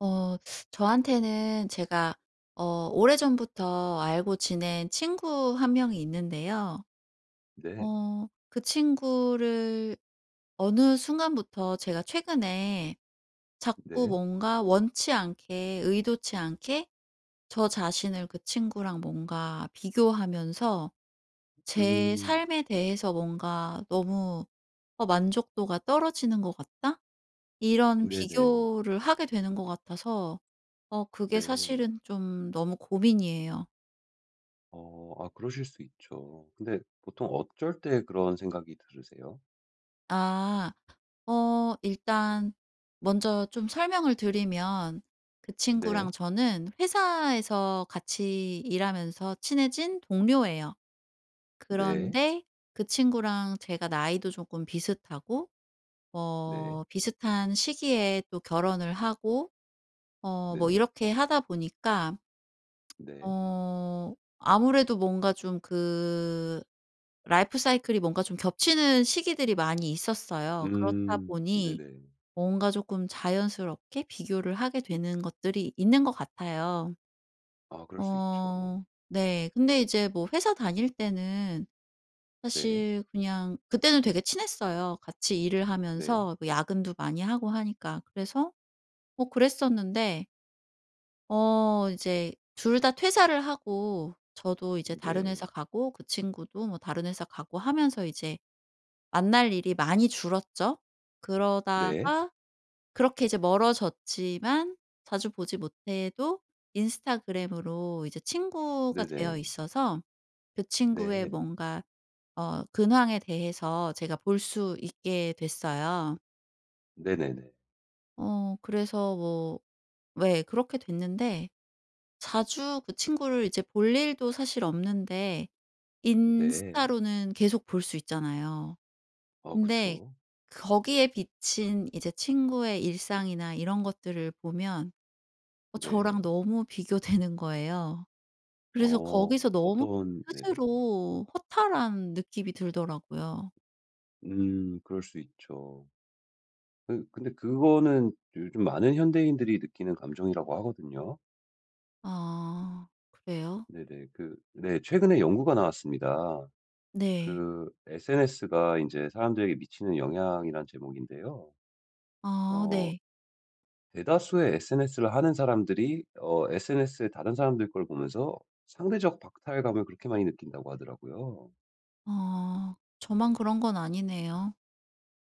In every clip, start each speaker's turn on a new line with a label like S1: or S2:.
S1: 어 저한테는 제가 오래전부터 알고 지낸 친구 한 명이 있는데요.
S2: 네.
S1: 그 친구를 어느 순간부터 제가 최근에 자꾸
S2: 네.
S1: 뭔가 원치 않게 의도치 않게 저 자신을 그 친구랑 뭔가 비교하면서 제
S2: 음.
S1: 삶에 대해서 뭔가 너무 만족도가 떨어지는 것 같다.' 이런
S2: 네네.
S1: 비교를 하게 되는 것 같아서 그게
S2: 네.
S1: 사실은 좀 너무 고민이에요.
S2: 아 그러실 수 있죠. 근데 보통 어쩔 때 그런 생각이 들으세요?
S1: 아 일단 먼저 좀 설명을 드리면 그 친구랑
S2: 네.
S1: 저는 회사에서 같이 일하면서 친해진 동료예요.
S2: 네.
S1: 그런데 그 친구랑 제가 나이도 조금 비슷하고
S2: 네.
S1: 비슷한 시기에 또 결혼을 하고 뭐
S2: 네네.
S1: 이렇게 하다 보니까
S2: 네.
S1: 아무래도 뭔가 좀 그 라이프 사이클이 뭔가 좀 겹치는 시기들이 많이 있었어요. 그렇다
S2: 음.
S1: 보니
S2: 네네.
S1: 뭔가 조금 자연스럽게 비교를 하게 되는 것들이 있는 것 같아요.
S2: 아 그럴 수 있죠.
S1: 어, 네. 근데 이제 뭐 회사 다닐 때는
S2: 네.
S1: 사실 그냥 그때는 되게 친했어요. 같이 일을
S2: 네.
S1: 하면서 뭐 야근도 많이 하고 하니까. 그래서 뭐 그랬었는데 이제 둘 다 퇴사를 하고 저도 이제 다른 회사
S2: 네.
S1: 가고 그 친구도 뭐 다른 회사 가고 하면서 이제 만날 일이 많이 줄었죠.
S2: 네.
S1: 그러다가 그렇게 이제 멀어졌지만 자주 보지 못해도 인스타그램으로 이제 친구가 되어
S2: 네네.
S1: 있어서 그 친구의
S2: 네.
S1: 뭔가 근황에 대해서 제가 볼 수 있게 됐어요.
S2: 네네네.
S1: 그래서 뭐 왜 그렇게 됐는데 자주 그 친구를 이제 볼 일도 사실 없는데
S2: 네.
S1: 인스타로는 계속 볼 수 있잖아요.
S2: 어
S1: 근데
S2: 그쵸.
S1: 거기에 비친 이제 친구의 일상이나 이런 것들을 보면 저랑
S2: 네.
S1: 너무 비교되는 거예요. 그래서
S2: 어
S1: 거기서 너무
S2: 어떤 네.
S1: 스스로 허탈한 느낌이 들더라고요.
S2: 그럴 수 있죠. 근데 그거는 요즘 많은 현대인들이 느끼는 감정이라고 하거든요.
S1: 아, 그래요?
S2: 네네. 네 최근에 연구가 나왔습니다.
S1: 네.
S2: SNS가 이제 사람들에게 미치는 영향이란 제목인데요.
S1: 아,
S2: 어
S1: 네.
S2: 대다수의 SNS를 하는 사람들이 SNS에 다른 사람들 걸 보면서 상대적 박탈감을 그렇게 많이 느낀다고 하더라고요.
S1: 아, 저만 그런 건 아니네요.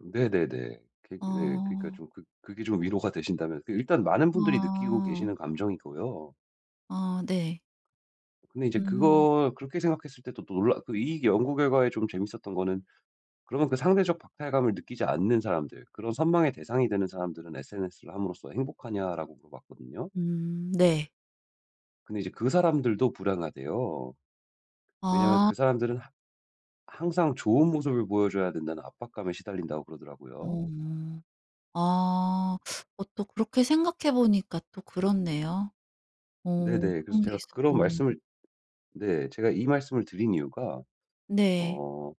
S2: 네네네. 네, 그러니까
S1: 어.
S2: 그게 좀 위로가 되신다면 일단 많은 분들이 느끼고 계시는
S1: 아.
S2: 감정이고요.
S1: 아, 네.
S2: 근데 이제
S1: 음.
S2: 그걸 그렇게 생각했을 때 또 놀라 그 이 연구 결과에 좀 재밌었던 거는 그러면 그 상대적 박탈감을 느끼지 않는 사람들, 그런 선망의 대상이 되는 사람들은 SNS를 함으로써 행복하냐라고 물어봤거든요.
S1: 음, 네.
S2: 근데 이제 그 사람들도 불행하대요. 왜냐면
S1: 아.
S2: 그 사람들은 하 항상 좋은 모습을 보여줘야 된다는 압박감에 시달린다고 그러더라고요.
S1: 어. 아. 또 그렇게 생각해 보니까 또 그렇네요. 어
S2: 네네. 그래서
S1: 그런 게
S2: 제가 그런
S1: 있었군요.
S2: 말씀을 네 제가 이 말씀을 드린 이유가
S1: 네.
S2: 어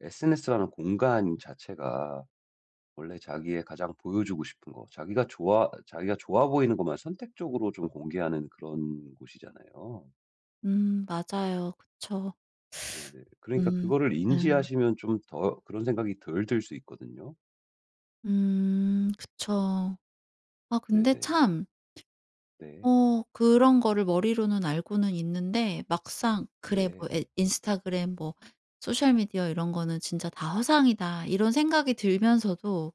S2: SNS라는 공간 자체가 원래 자기의 가장 보여주고 싶은 거, 자기가 좋아 보이는 것만 선택적으로 좀 공개하는 그런 곳이잖아요.
S1: 음, 맞아요. 그쵸.
S2: 네네. 그러니까
S1: 음,
S2: 그거를
S1: 네.
S2: 인지하시면 좀 더 그런 생각이 덜 들 수 있거든요.
S1: 음, 그쵸. 아, 근데
S2: 네네.
S1: 참
S2: 네.
S1: 그런 거를 머리로는 알고는 있는데 막상 '그래 뭐
S2: 네.
S1: 에 인스타그램 뭐 소셜 미디어 이런 거는 진짜 다 허상이다.' 이런 생각이 들면서도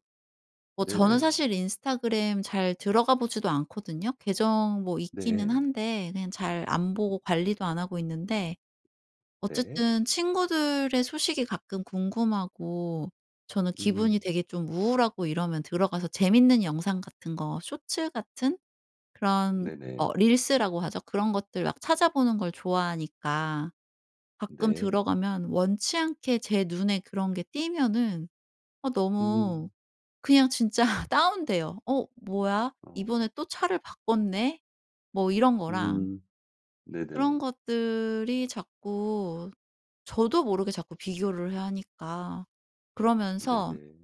S1: 뭐 저는
S2: 네네.
S1: 사실 인스타그램 잘 들어가 보지도 않거든요. 계정 뭐 있기는
S2: 네.
S1: 한데 그냥 잘 안 보고 관리도 안 하고 있는데
S2: 네.
S1: 어쨌든 친구들의 소식이 가끔 궁금하고 저는 기분이
S2: 음.
S1: 되게 좀 우울하고 이러면 들어가서 재밌는 영상 같은 거 쇼츠 같은 그런
S2: 네네.
S1: 릴스라고 하죠. 그런 것들 막 찾아보는 걸 좋아하니까 가끔
S2: 네.
S1: 들어가면 원치 않게 제 눈에 그런 게 띄면은 너무
S2: 음.
S1: 그냥 진짜 다운돼요. '어 뭐야?
S2: 어.
S1: 이번에 또 차를 바꿨네?' 뭐 이런 거랑
S2: 음.
S1: 그런
S2: 네네.
S1: 것들이 자꾸 저도 모르게 자꾸 비교를 하니까 그러면서
S2: 네네.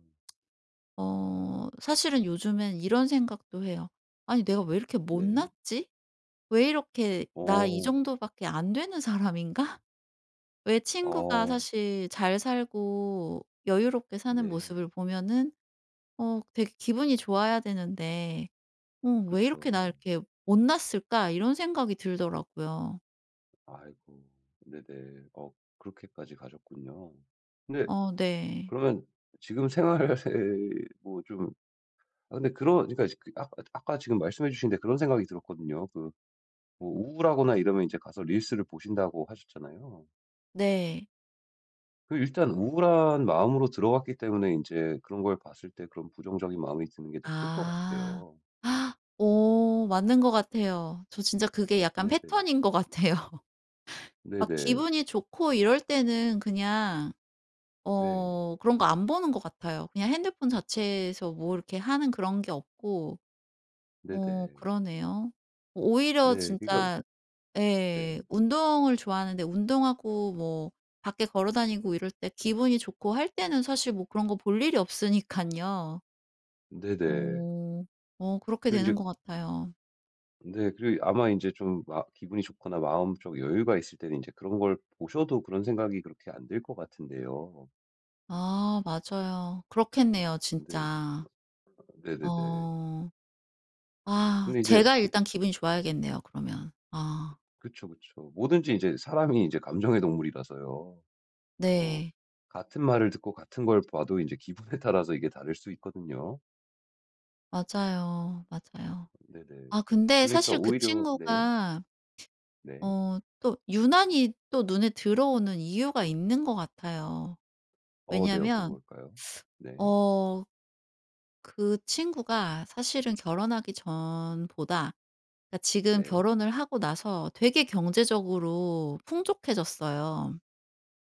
S1: 사실은 요즘엔 이런 생각도 해요. '아니 내가 왜 이렇게
S2: 네.
S1: 못났지? 왜 이렇게 나 이
S2: 어.
S1: 정도밖에 안 되는 사람인가?' 왜 친구가
S2: 어.
S1: 사실 잘 살고 여유롭게 사는
S2: 네.
S1: 모습을 보면은 되게 기분이 좋아야 되는데 '왜 이렇게 나
S2: 그쵸.
S1: 이렇게 못났을까?' 이런 생각이 들더라고요.
S2: 아이고. 네네. 어 그렇게까지 가셨군요. 근데
S1: 어, 네.
S2: 그러면 지금 생활에 뭐 좀 아 근데 그런 그러니까 그 아까 지금 말씀해 주신데 그런 생각이 들었거든요. 뭐 우울하거나 이러면 이제 가서 릴스를 보신다고 하셨잖아요.
S1: 네.
S2: 일단 우울한 마음으로 들어갔기 때문에 이제 그런 걸 봤을 때 그런 부정적인 마음이 드는 게 더 클 것
S1: 아.
S2: 같아요.
S1: 맞는 것 같아요. 저 진짜 그게 약간
S2: 네네.
S1: 패턴인 것 같아요. 막
S2: 네네.
S1: 기분이 좋고 이럴 때는 그냥
S2: 네.
S1: 그런 거 안 보는 것 같아요. 그냥 핸드폰 자체에서 뭐 이렇게 하는 그런 게 없고. 어,
S2: 네네.
S1: 그러네요. 오히려
S2: 네. 그러니까
S1: 진짜
S2: 네.
S1: 예. 운동을 좋아하는데 운동하고 뭐 밖에 걸어 다니고 이럴 때 기분이 좋고 할 때는 사실 뭐 그런 거 볼 일이 없으니깐요.
S2: 네네.
S1: 어. 그렇게
S2: 그리고
S1: 되는
S2: 제
S1: 것 같아요.
S2: 네. 그리고 아마 이제 좀 마 기분이 좋거나 마음적 여유가 있을 때는 이제 그런 걸 보셔도 그런 생각이 그렇게 안 들 것 같은데요.
S1: 아, 맞아요. 그렇겠네요
S2: 근데
S1: 진짜.
S2: 네네네.
S1: 어. 아,
S2: 근데 이제
S1: 제가
S2: 그
S1: 일단 기분이 좋아야겠네요 그러면. 아,
S2: 그쵸, 그쵸. 뭐든지 이제 사람이 이제 감정의 동물이라서요. 어
S1: 네.
S2: 같은 말을 듣고 같은 걸 봐도 이제 기분에 따라서 이게 다를 수 있거든요.
S1: 맞아요, 맞아요.
S2: 네네.
S1: 아, 근데
S2: 그러니까
S1: 사실 그
S2: 오히려 네.
S1: 친구가
S2: 네.
S1: 또 유난히 또 눈에 들어오는 이유가 있는 것 같아요.
S2: 어 네. 어떤
S1: 왜냐하면
S2: 걸까요? 네.
S1: 어 그 친구가 사실은 결혼하기 전보다 그러니까 지금
S2: 네.
S1: 결혼을 하고 나서 되게 경제적으로 풍족해졌어요.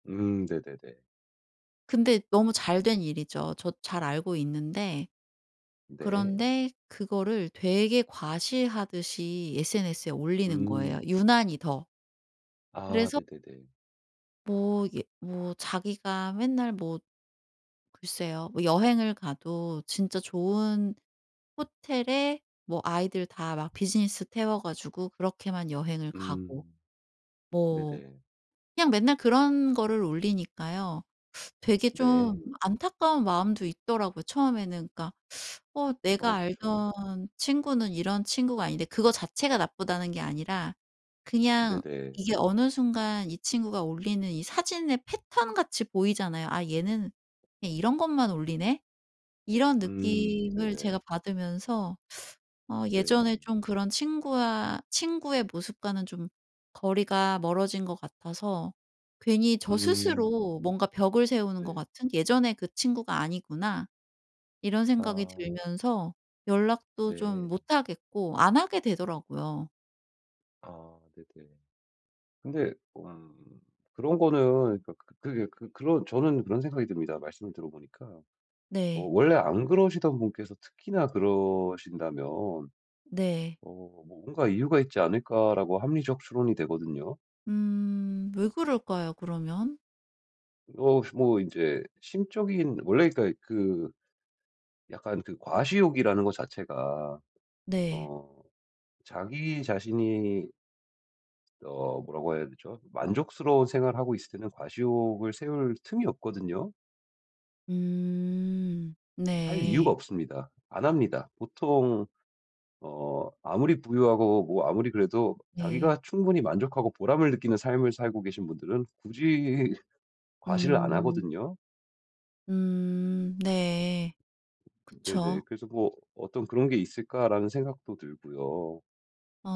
S2: 네네네.
S1: 근데 너무 잘된 일이죠. 저 잘 알고 있는데
S2: 네.
S1: 그런데 그거를 되게 과시하듯이 SNS에 올리는 거예요,
S2: 음.
S1: 유난히 더.
S2: 아
S1: 그래서
S2: 네네네.
S1: 뭐 예 뭐 자기가 맨날 뭐 글쎄요. 뭐 여행을 가도 진짜 좋은 호텔에 뭐 아이들 다 막 비즈니스 태워 가지고 그렇게만 여행을 가고
S2: 음.
S1: 뭐
S2: 네네.
S1: 그냥 맨날 그런 거를 올리니까요. 되게 좀
S2: 네.
S1: 안타까운 마음도 있더라고요 처음에는. 그러니까 '어 내가
S2: 어 그쵸.
S1: 알던 친구는 이런 친구가 아닌데' 그거 자체가 나쁘다는 게 아니라 그냥
S2: 네네.
S1: 이게 어느 순간 이 친구가 올리는 이 사진의 패턴 같이 보이잖아요. '아 얘는 그냥 이런 것만 올리네.' 이런 느낌을
S2: 네네.
S1: 제가 받으면서 예전에
S2: 네.
S1: 좀 그런 친구와 친구의 모습과는 좀 거리가 멀어진 것 같아서 괜히 저
S2: 음
S1: 스스로 뭔가 벽을 세우는 것
S2: 네.
S1: 같은 '예전에 그 친구가 아니구나.' 이런 생각이
S2: 아
S1: 들면서 연락도 좀
S2: 네.
S1: 못 하겠고 안 하게 되더라고요.
S2: 아 네네. 근데 그런 거는 그 그 그게 그 그런 저는 그런 생각이 듭니다. 말씀을 들어보니까 어
S1: 네.
S2: 원래 안 그러시던 분께서 특히나 그러신다면
S1: 네.
S2: 어 '뭔가 이유가 있지 않을까.'라고 합리적 추론이 되거든요.
S1: 음, 왜 그럴까요 그러면?
S2: 어 뭐 이제 심적인 원래 그니까 그 약간 그 과시욕이라는 것 자체가
S1: 네.
S2: 어 자기 자신이 뭐라고 해야 되죠? 만족스러운 생활을 하고 있을 때는 과시욕을 세울 틈이 없거든요.
S1: 음.
S2: 할 이유가
S1: 네.
S2: 없습니다. 안 합니다. 보통 어 아무리 부유하고 뭐 아무리 그래도
S1: 네.
S2: 자기가 충분히 만족하고 보람을 느끼는 삶을 살고 계신 분들은 굳이 과시를 안
S1: 음.
S2: 하거든요.
S1: 음. 네.
S2: 네네.
S1: 그쵸.
S2: 그래서 뭐 '어떤 그런 게 있을까?'라는 생각도 들고요.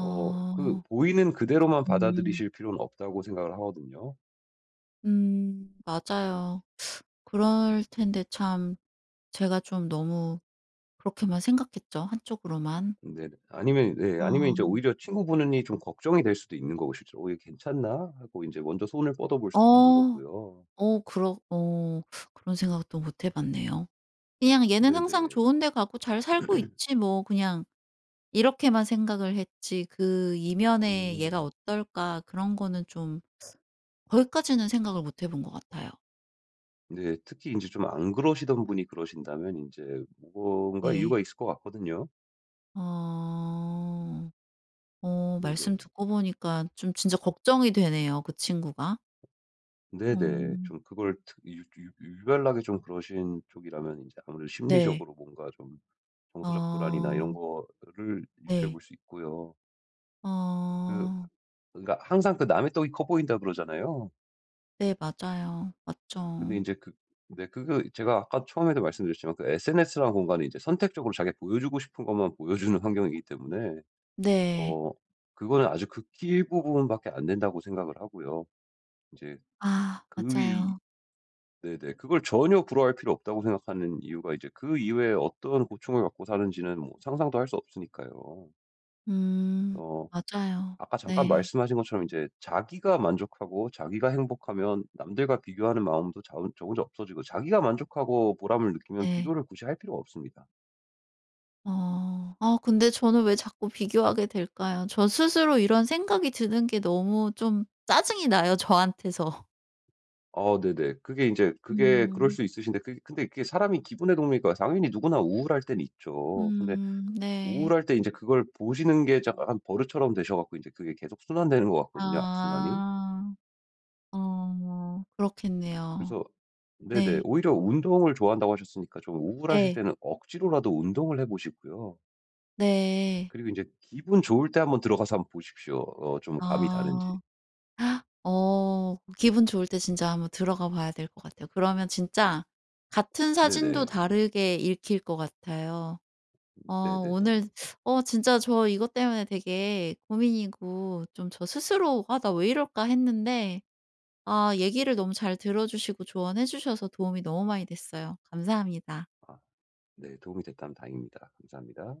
S2: 어 그 보이는 그대로만
S1: 음.
S2: 받아들이실 필요는 없다고 생각을 하거든요.
S1: 음. 맞아요. 그럴 텐데 참 제가 좀 너무 그렇게만 생각했죠, 한쪽으로만.
S2: 네 아니면
S1: 아.
S2: 인제 오히려 친구분이 좀 걱정이 될 수도 있는 거고 실제로 '어 얘 괜찮나?' 하고 인제 먼저 손을 뻗어 볼 수도 있는
S1: 어.
S2: 거고요.
S1: 어 그러 어 그런 생각도 못해 봤네요. 그냥 '얘는 항상
S2: 네네.
S1: 좋은 데 가고 잘 살고 있지 뭐.' 그냥 이렇게만 생각을 했지 그 이면에 '얘가
S2: 음.
S1: 어떨까.' 그런 거는 좀 거기까지는 생각을 못해본 것 같아요.
S2: 네. 특히 인제 좀 안 그러시던 분이 그러신다면 인제 뭔가
S1: 네.
S2: 이유가 있을 것 같거든요.
S1: 어. 말씀
S2: 네네.
S1: 듣고 보니까 좀 진짜 걱정이 되네요, 그 친구가.
S2: 네네.
S1: 음.
S2: 좀 그걸 특 유 유 유별나게 좀 그러신 쪽이라면 인제 아무래도
S1: 네.
S2: 심리적으로 뭔가 좀 정서적 불안이나 이런
S1: 어,
S2: 거를 유추해
S1: 네.
S2: 볼 수 있고요.
S1: 어,
S2: 그 그러니까 항상 그 "남의 떡이 커 보인다." 그러잖아요.
S1: 네, 맞아요.
S2: 근데
S1: 맞죠.
S2: 인제 그 네 그거 제가 아까 처음에도 말씀드렸지만 그 SNS라는 공간이 이제 선택적으로 자기가 보여주고 싶은 것만 보여주는 환경이기 때문에
S1: 네.
S2: 어 그거는 아주 극히 일부분 밖에 안 된다고 생각을 하고요. 인제
S1: 아,
S2: 그 위
S1: 맞아요.
S2: 네네. 그걸 전혀 부러워할 필요 없다고 생각하는 이유가 이제 그 이외에 어떤 고충을 갖고 사는지는 뭐 상상도 할 수 없으니까요.
S1: 음,
S2: 어
S1: 맞아요.
S2: 아까 잠깐
S1: 네.
S2: 말씀하신 것처럼 이제 자기가 만족하고 자기가 행복하면 남들과 비교하는 마음도 자 저고저 없어지고 자기가 만족하고 보람을 느끼면
S1: 네.
S2: 비교를 굳이 할 필요가 없습니다.
S1: 어. 아, 근데 저는 왜 자꾸 비교하게 될까요? 저 스스로 이런 생각이 드는 게 너무 좀 짜증이 나요, 저한테서.
S2: 네네. 그게 이제 그게 그럴
S1: 음.
S2: 수 있으신데 근데 그게 사람이 기분의 동물이니까 당연히 누구나 우울할 때는 있죠. 근데
S1: 음, 네.
S2: 우울할 때 이제 그걸 보시는 게 약간 버릇처럼 되셔 갖고 이제 그게 계속 순환되는 것 같거든요, 악순환이.
S1: 아. 어, 그렇겠네요.
S2: 그래서 네네.
S1: 네.
S2: 오히려 운동을 좋아한다고 하셨으니까 좀 우울하실
S1: 네.
S2: 때는 억지로라도 운동을 해 보시고요.
S1: 네.
S2: 그리고 인제 기분 좋을 때 한번 들어가서 한번 보십시오, 어 좀 감이 다른지.
S1: 아. 어, 기분 좋을 때 진짜 한번 들어가 봐야 될 것 같아요. 그러면 진짜 같은 사진도
S2: 네네.
S1: 다르게 읽힐 것 같아요. 어
S2: 네네네.
S1: 오늘 어 진짜 저 이것 때문에 되게 고민이고 좀 저 스스로 '아 나 왜 이럴까.' 했는데 아, 얘기를 너무 잘 들어 주시고 조언해 주셔서 도움이 너무 많이 됐어요. 감사합니다.
S2: 아 네 도움이 됐다면 다행입니다. 감사합니다.